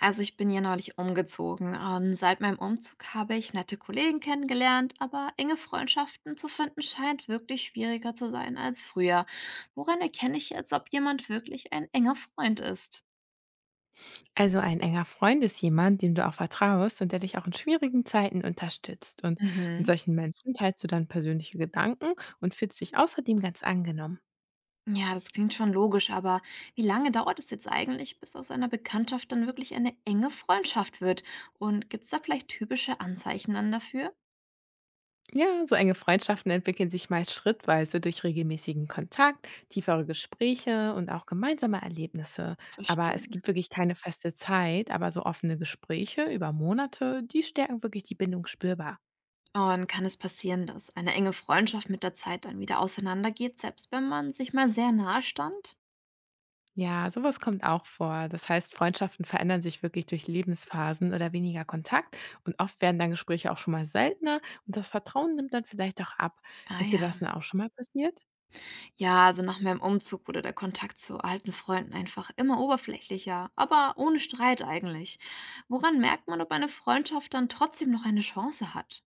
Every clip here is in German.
Also ich bin ja neulich umgezogen und seit meinem Umzug habe ich nette Kollegen kennengelernt, aber enge Freundschaften zu finden scheint wirklich schwieriger zu sein als früher. Woran erkenne ich jetzt, ob jemand wirklich ein enger Freund ist? Also ein enger Freund ist jemand, dem du auch vertraust und der dich auch in schwierigen Zeiten unterstützt. Und mit Mhm. solchen Menschen teilst du dann persönliche Gedanken und fühlst dich außerdem ganz angenommen. Ja, das klingt schon logisch, aber wie lange dauert es jetzt eigentlich, bis aus einer Bekanntschaft dann wirklich eine enge Freundschaft wird? Und gibt es da vielleicht typische Anzeichen dann dafür? Ja, so enge Freundschaften entwickeln sich meist schrittweise durch regelmäßigen Kontakt, tiefere Gespräche und auch gemeinsame Erlebnisse. Aber es Verstehe. gibt wirklich keine feste Zeit, aber so offene Gespräche über Monate, die stärken wirklich die Bindung spürbar. Und kann es passieren, dass eine enge Freundschaft mit der Zeit dann wieder auseinandergeht, selbst wenn man sich mal sehr nahe stand? Ja, sowas kommt auch vor. Das heißt, Freundschaften verändern sich wirklich durch Lebensphasen oder weniger Kontakt und oft werden dann Gespräche auch schon mal seltener und das Vertrauen nimmt dann vielleicht auch ab. Ah Ist dir ja. das dann auch schon mal passiert? Ja, also nach meinem Umzug wurde der Kontakt zu alten Freunden einfach immer oberflächlicher, aber ohne Streit eigentlich. Woran merkt man, ob eine Freundschaft dann trotzdem noch eine Chance hat?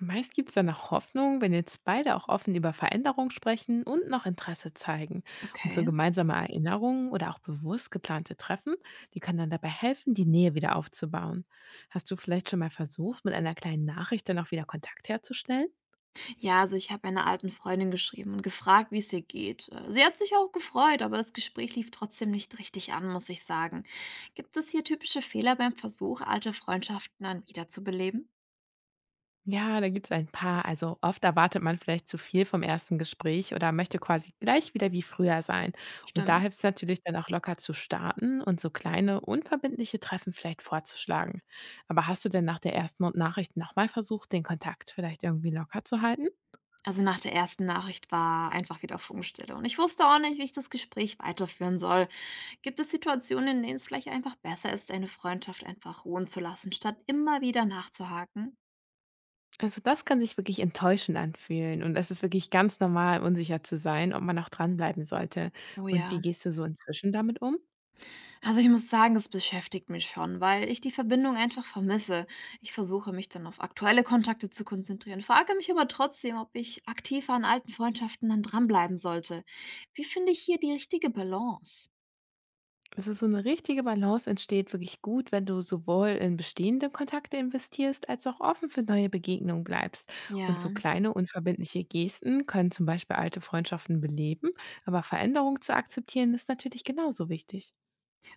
Meist gibt es dann noch Hoffnung, wenn jetzt beide auch offen über Veränderung sprechen und noch Interesse zeigen. Und so Okay. gemeinsame Erinnerungen oder auch bewusst geplante Treffen, die können dann dabei helfen, die Nähe wieder aufzubauen. Hast du vielleicht schon mal versucht, mit einer kleinen Nachricht dann auch wieder Kontakt herzustellen? Ja, also ich habe einer alten Freundin geschrieben und gefragt, wie es ihr geht. Sie hat sich auch gefreut, aber das Gespräch lief trotzdem nicht richtig an, muss ich sagen. Gibt es hier typische Fehler beim Versuch, alte Freundschaften dann wiederzubeleben? Ja, da gibt es ein paar. Also oft erwartet man vielleicht zu viel vom ersten Gespräch oder möchte quasi gleich wieder wie früher sein. Und da Stimmt. hilft es natürlich dann auch locker zu starten und so kleine, unverbindliche Treffen vielleicht vorzuschlagen. Aber hast du denn nach der ersten Nachricht nochmal versucht, den Kontakt vielleicht irgendwie locker zu halten? Also nach der ersten Nachricht war einfach wieder Funkstille und ich wusste auch nicht, wie ich das Gespräch weiterführen soll. Gibt es Situationen, in denen es vielleicht einfach besser ist, eine Freundschaft einfach ruhen zu lassen, statt immer wieder nachzuhaken? Also das kann sich wirklich enttäuschend anfühlen und es ist wirklich ganz normal, unsicher zu sein, ob man auch dranbleiben sollte. Oh Und ja. wie gehst du so inzwischen damit um? Also ich muss sagen, es beschäftigt mich schon, weil ich die Verbindung einfach vermisse. Ich versuche mich dann auf aktuelle Kontakte zu konzentrieren, frage mich aber trotzdem, ob ich aktiv an alten Freundschaften dann dranbleiben sollte. Wie finde ich hier die richtige Balance? Es ist so, eine richtige Balance entsteht wirklich gut, wenn du sowohl in bestehende Kontakte investierst, als auch offen für neue Begegnungen bleibst. Und so Ja. kleine unverbindliche Gesten können zum Beispiel alte Freundschaften beleben, aber Veränderung zu akzeptieren ist natürlich genauso wichtig.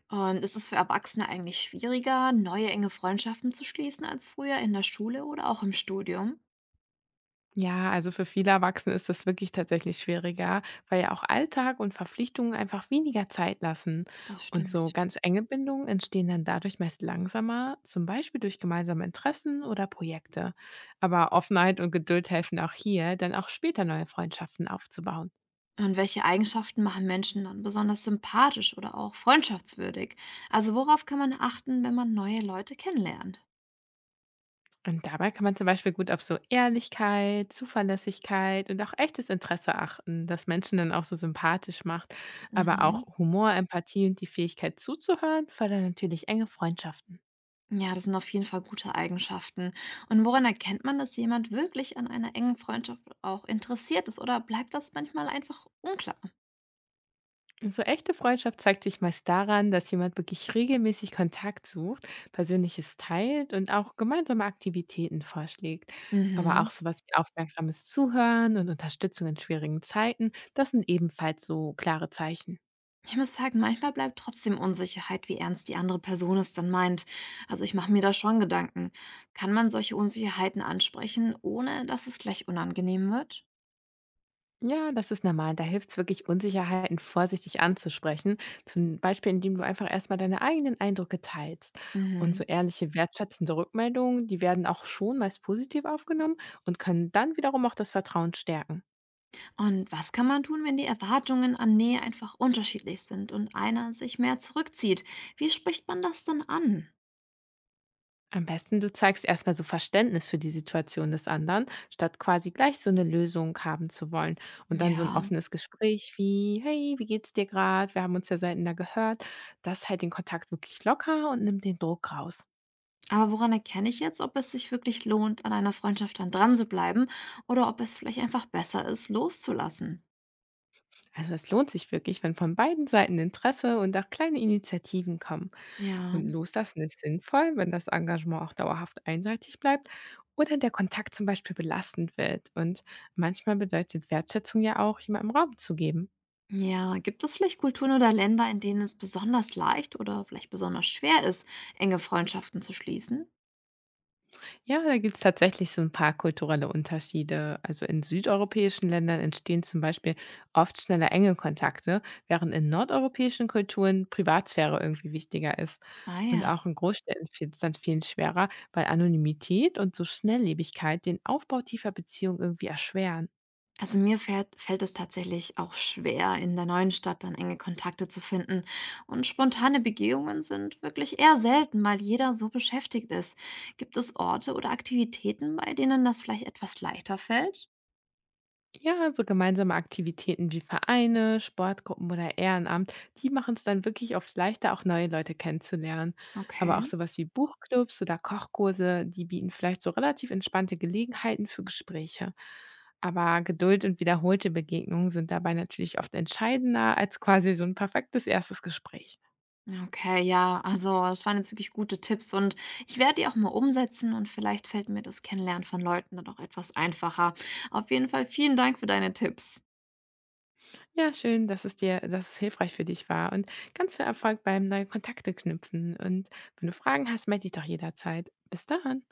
Und ist es für Erwachsene eigentlich schwieriger, neue enge Freundschaften zu schließen als früher in der Schule oder auch im Studium? Ja, also für viele Erwachsene ist das wirklich tatsächlich schwieriger, weil ja auch Alltag und Verpflichtungen einfach weniger Zeit lassen. Das Und so stimmt. ganz enge Bindungen entstehen dann dadurch meist langsamer, zum Beispiel durch gemeinsame Interessen oder Projekte. Aber Offenheit und Geduld helfen auch hier, dann auch später neue Freundschaften aufzubauen. Und welche Eigenschaften machen Menschen dann besonders sympathisch oder auch freundschaftswürdig? Also worauf kann man achten, wenn man neue Leute kennenlernt? Und dabei kann man zum Beispiel gut auf so Ehrlichkeit, Zuverlässigkeit und auch echtes Interesse achten, das Menschen dann auch so sympathisch macht. Aber auch Mhm. Humor, Empathie und die Fähigkeit zuzuhören fördern natürlich enge Freundschaften. Ja, das sind auf jeden Fall gute Eigenschaften. Und woran erkennt man, dass jemand wirklich an einer engen Freundschaft auch interessiert ist? Oder bleibt das manchmal einfach unklar? So echte Freundschaft zeigt sich meist daran, dass jemand wirklich regelmäßig Kontakt sucht, Persönliches teilt und auch gemeinsame Aktivitäten vorschlägt. Aber auch Mhm. sowas wie aufmerksames Zuhören und Unterstützung in schwierigen Zeiten, das sind ebenfalls so klare Zeichen. Ich muss sagen, manchmal bleibt trotzdem Unsicherheit, wie ernst die andere Person es dann meint. Also ich mache mir da schon Gedanken. Kann man solche Unsicherheiten ansprechen, ohne dass es gleich unangenehm wird? Ja, das ist normal. Da hilft es wirklich, Unsicherheiten vorsichtig anzusprechen. Zum Beispiel, indem du einfach erstmal deine eigenen Eindrücke teilst. Und so Mhm. ehrliche, wertschätzende Rückmeldungen, die werden auch schon meist positiv aufgenommen und können dann wiederum auch das Vertrauen stärken. Und was kann man tun, wenn die Erwartungen an Nähe einfach unterschiedlich sind und einer sich mehr zurückzieht? Wie spricht man das dann an? Am besten, du zeigst erstmal so Verständnis für die Situation des anderen, statt quasi gleich so eine Lösung haben zu wollen. Und dann so ein Ja, offenes Gespräch wie: Hey, wie geht's dir gerade? Wir haben uns ja seltener gehört. Das hält den Kontakt wirklich locker und nimmt den Druck raus. aber woran erkenne ich jetzt, ob es sich wirklich lohnt, an einer Freundschaft dann dran zu bleiben oder ob es vielleicht einfach besser ist, loszulassen? Also es lohnt sich wirklich, wenn von beiden Seiten Interesse und auch kleine Initiativen kommen. Ja, Und Loslassen ist sinnvoll, wenn das Engagement auch dauerhaft einseitig bleibt oder der Kontakt zum Beispiel belastend wird. Und manchmal bedeutet Wertschätzung ja auch, jemandem Raum zu geben. ja. Gibt es vielleicht Kulturen oder Länder, in denen es besonders leicht oder vielleicht besonders schwer ist, enge Freundschaften zu schließen? Ja, da gibt's tatsächlich so ein paar kulturelle Unterschiede. Also, in südeuropäischen Ländern entstehen zum Beispiel oft schneller enge Kontakte, während in nordeuropäischen Kulturen Privatsphäre irgendwie wichtiger ist. Ah Und ja. auch in Großstädten fällt es dann vielen schwerer, weil Anonymität und so Schnelllebigkeit den Aufbau tiefer Beziehungen irgendwie erschweren. Also mir fällt es tatsächlich auch schwer, in der neuen Stadt dann enge Kontakte zu finden. Und spontane Begehungen sind wirklich eher selten, weil jeder so beschäftigt ist. Gibt es Orte oder Aktivitäten, bei denen das vielleicht etwas leichter fällt? Ja, so gemeinsame Aktivitäten wie Vereine, Sportgruppen oder Ehrenamt, die machen es dann wirklich oft leichter, auch neue Leute kennenzulernen. Aber auch Okay, sowas wie Buchclubs oder Kochkurse, die bieten vielleicht so relativ entspannte Gelegenheiten für Gespräche. Aber Geduld und wiederholte Begegnungen sind dabei natürlich oft entscheidender als quasi so ein perfektes erstes Gespräch. okay, ja, also das waren jetzt wirklich gute Tipps und ich werde die auch mal umsetzen und vielleicht fällt mir das Kennenlernen von Leuten dann auch etwas einfacher. Auf jeden Fall vielen Dank für deine Tipps. Ja, schön, dass es hilfreich für dich war und ganz viel Erfolg beim neue Kontakte knüpfen. Und wenn du Fragen hast, melde dich doch jederzeit. Bis dann.